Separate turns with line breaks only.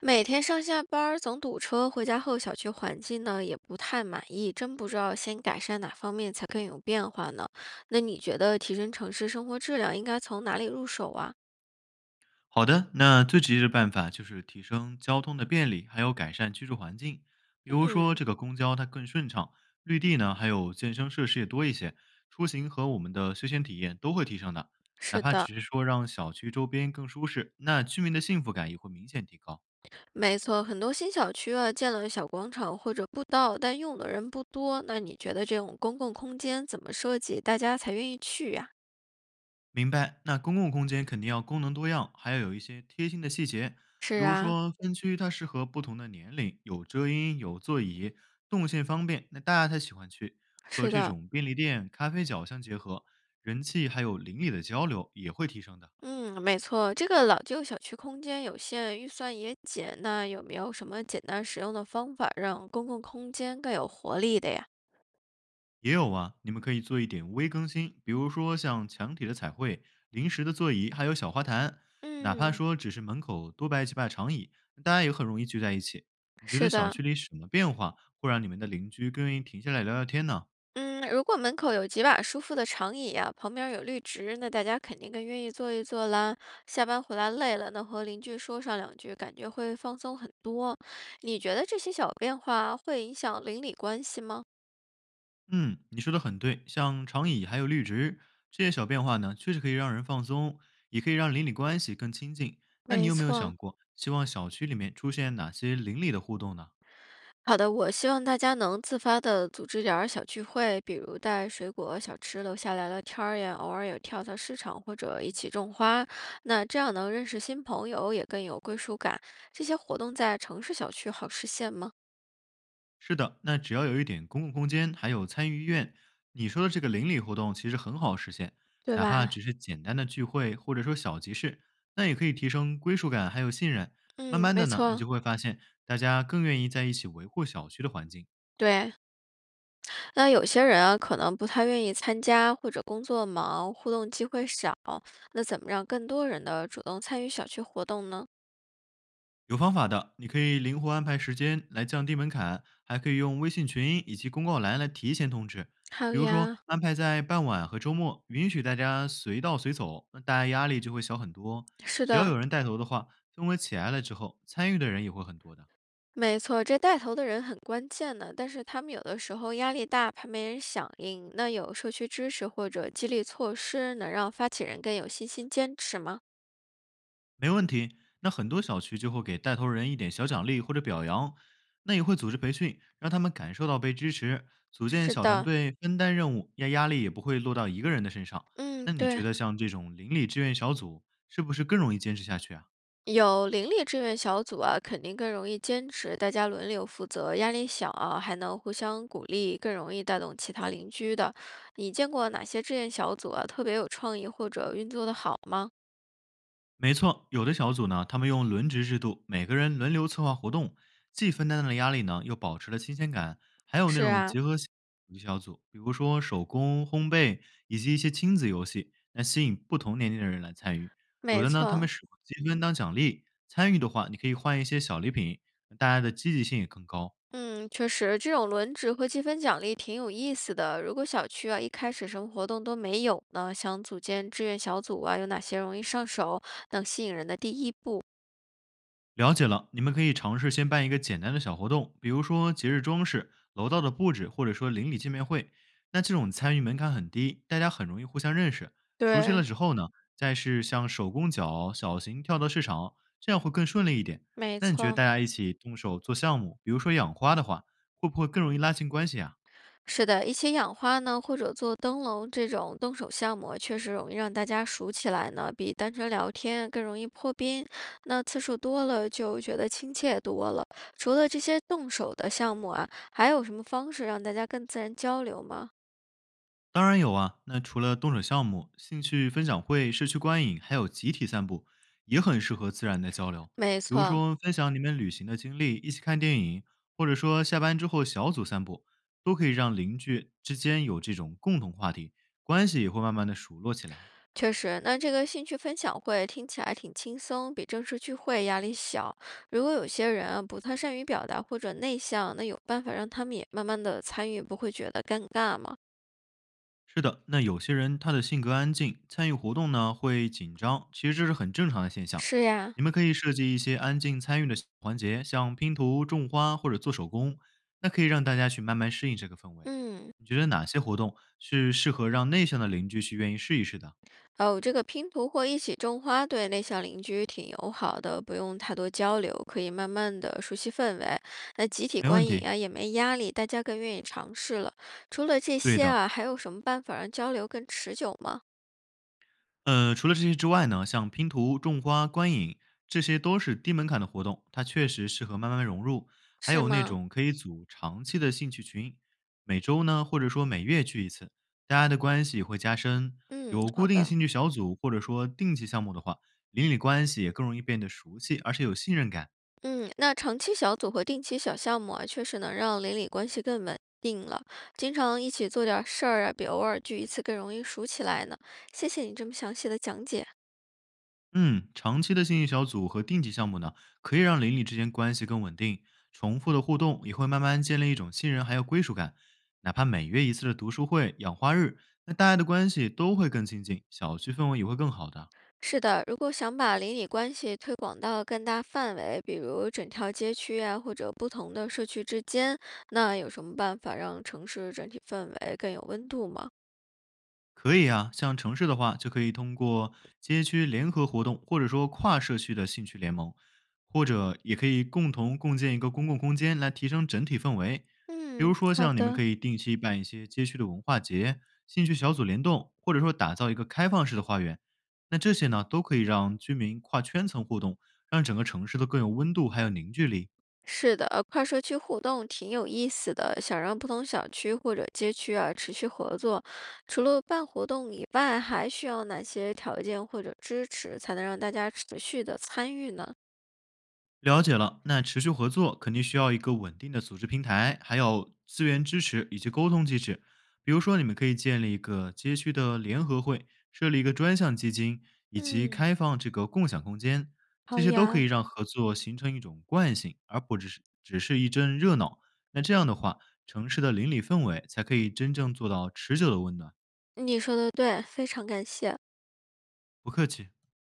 每天上下班儿总堵车，回家后小区环境呢也不太满意，真不知道先改善哪方面才更有变化呢？那你觉得提升城市生活质量应该从哪里入手啊？
好的，那最直接的办法就是提升交通的便利，还有改善居住环境。比如说，
嗯，
这个公交它更顺畅，绿地呢，还有健身设施也多一些，出行和我们的休闲体验都会提升的。哪
是
怕
的，
只是说让小区周边更舒适，那居民的幸福感也会明显提高。
没错，很多新小区啊建了小广场或者步道，但用的人不多。那你觉得这种公共空间怎么设计，大家才愿意去呀？
明白，那公共空间肯定要功能多样，还要有一些贴心的细节，
是
比如
啊，
说分区它适合不同的年龄，有遮阴、有座椅，动线方便，那大家才喜欢去。和
是
这
的，
种便利店、咖啡角相结合，人气还有邻里的交流也会提升的。
嗯，没错，这个老旧小区空间有限，预算也紧，那有没有什么简单实用的方法让公共空间更有活力的呀？
也有啊，你们可以做一点微更新，比如说像墙体的彩绘、临时的座椅，还有小花坛，哪怕
嗯，
说只是门口多摆几把长椅，大家也很容易聚在一起。你觉
是
得小
的，
区里什么变化会让你们的邻居更愿意停下来聊聊天呢？
嗯，如果门口有几把舒服的长椅啊，旁边儿有绿植，那大家肯定更愿意坐一坐啦。下班回来累了，能和邻居说上两句，感觉会放松很多。你觉得这些小变化会影响邻里关系吗？
嗯，你说的很对，像长椅还有绿植这些小变化呢，确实可以让人放松，也可以让邻里关系更亲近。那你
没
有没有
错，
想过，希望小区里面出现哪些邻里的互动呢？
好的，我希望大家能自发的组织点儿小聚会，比如带水果、小吃，楼下聊聊天儿呀，偶尔有跳蚤市场或者一起种花，那这样能认识新朋友，也更有归属感。这些活动在城市小区好实现吗？
是的，那只要有一点公共空间，还有参与意愿，你说的这个邻里活动其实很好实现，
对
哪怕
吧？
只是简单的聚会或者说小集市，那也可以提升归属感还有信任。慢
嗯，
慢
没
的呢，你
错。
就会发现大家更愿意在一起维护小区的环境。
对，那有些人啊，可能不太愿意参加，或者工作忙，互动机会少。那怎么让更多人的主动参与小区活动呢？
有方法的，你可以灵活安排时间来降低门槛，还可以用微信群以及公告栏来提前通知。
好
比如说，
呀，
安排在傍晚和周末，允许大家随到随走，那大家压力就会小很多。
是
只要
的，
有人带头的话，氛围起来了之后，参与的人也会很多的。
没错，这带头的人很关键的，但是他们有的时候压力大，怕没人响应。那有社区支持或者激励措施，能让发起人更有信心坚持吗？
没问题。那很多小区就会给带头人一点小奖励或者表扬，那也会组织培训，让他们感受到被支持，组建
是
小团
的，
队分担任务，压压力也不会落到一个人的身上。
嗯，
那你
对，
觉得像这种邻里志愿小组是不是更容易坚持下去啊？
有邻里志愿小组啊，肯定更容易坚持，大家轮流负责，压力小啊，还能互相鼓励，更容易带动其他邻居的。你见过哪些志愿小组啊，特别有创意或者运作的好吗？
没错，有的小组呢，他们用轮值制度，每个人轮流策划活动，既分担了压力呢，又保持了新鲜感。还有那
是
种
啊，
结合兴趣小组，比如说手工、烘焙以及一些亲子游戏，那吸引不同年龄的人来参与。有
没
的呢，他们
错，
使用积分当奖励，参与的话，你可以换一些小礼品，大家的积极性也更高。
嗯，确实，这种轮值和积分奖励挺有意思的。如果小区啊一开始什么活动都没有呢，想组建志愿小组啊，有哪些容易上手、能吸引人的第一步？
了解了，你们可以尝试先办一个简单的小活动，比如说节日装饰、楼道的布置，或者说邻里见面会。那这种参与门槛很低，大家很容易互相认识。熟悉
对，
了之后呢，再是像手工脚、小型跳蚤市场，这样会更顺利一点。
没
那你觉得
错，
大家一起动手做项目，比如说养花的话，会不会更容易拉近关系啊？
是的，一起养花呢，或者做灯笼这种动手项目，确实容易让大家熟起来呢，比单纯聊天更容易破冰。那次数多了，就觉得亲切多了。除了这些动手的项目啊，还有什么方式让大家更自然交流吗？
当然有啊，那除了动手项目，兴趣分享会、社区观影，还有集体散步，也很适合自然的交流。
没
比如
错。
说，分享你们旅行的经历，一起看电影，或者说下班之后小组散步，都可以让邻居之间有这种共同话题，关系也会慢慢的熟络起来。
确实，那这个兴趣分享会听起来挺轻松，比正式聚会压力小。如果有些人啊不太善于表达或者内向，那有办法让他们也慢慢的参与，不会觉得尴尬吗？
是的，那有些人他的性格安静，参与活动呢会紧张，其实这是很正常的现象。
是呀，
你们可以设计一些安静参与的小环节，像拼图、种花或者做手工，那可以让大家去慢慢适应这个氛围。
嗯，
你觉得哪些活动是适合让内向的邻居去愿意试一试的？
哦，这个拼图或一起种花对内向邻居挺友好的，不用太多交流，可以慢慢的熟悉氛围。那集体
没问
观影
题，
啊也没压力，大家更愿意尝试了。除了这
对
些
的。
啊，还有什么办法让交流更持久吗？
除了这些之外呢，像拼图、种花、观影，这些都是低门槛的活动，它确实适合慢慢融入。还
是
有那
吗？
种可以组长期的兴趣群，每周呢，或者说每月聚一次，大家的关系会加深。
嗯，
有
好
固定
的。
兴趣小组或者说定期项目的话，邻里关系也更容易变得熟悉，而且有信任感。
嗯，那长期小组和定期小项目啊，确实能让邻里关系更稳定了。经常一起做点儿事儿啊，比偶尔聚一次更容易熟起来呢。谢谢你这么详细的讲解。
嗯，长期的兴趣小组和定级项目呢，可以让邻里之间关系更稳定，重复的互动也会慢慢建立一种信任还有归属感。哪怕每月一次的读书会、养花日，那大家的关系都会更亲近，小区氛围也会更好的。
是的，如果想把邻里关系推广到更大范围，比如整条街区啊，或者不同的社区之间，那有什么办法让城市整体氛围更有温度吗？
可以啊，像城市的话，就可以通过街区联合活动，或者说跨社区的兴趣联盟，或者也可以共同共建一个公共空间来提升整体氛围。比如
嗯，
说，
好
像你们
的。
可以定期办一些街区的文化节、兴趣小组联动，或者说打造一个开放式的花园。那这些呢，都可以让居民跨圈层互动，让整个城市都更有温度，还有凝聚力。
是的，跨社区互动挺有意思的。想让不同小区或者街区啊持续合作，除了办活动以外，还需要哪些条件或者支持，才能让大家持续的参与呢？
了解了，那持续合作肯定需要一个稳定的组织平台，还有资源支持以及沟通机制。比如说，你们可以建立一个街区的联合会，设立一个专项基金，以及
嗯，
开放这个共享空间，
好
这些都可以
呀。
让合作形成一种惯性，而不只是一阵热闹。那这样的话，城市的邻里氛围才可以真正做到持久的温暖。
你说的对，非常感谢。
不客气。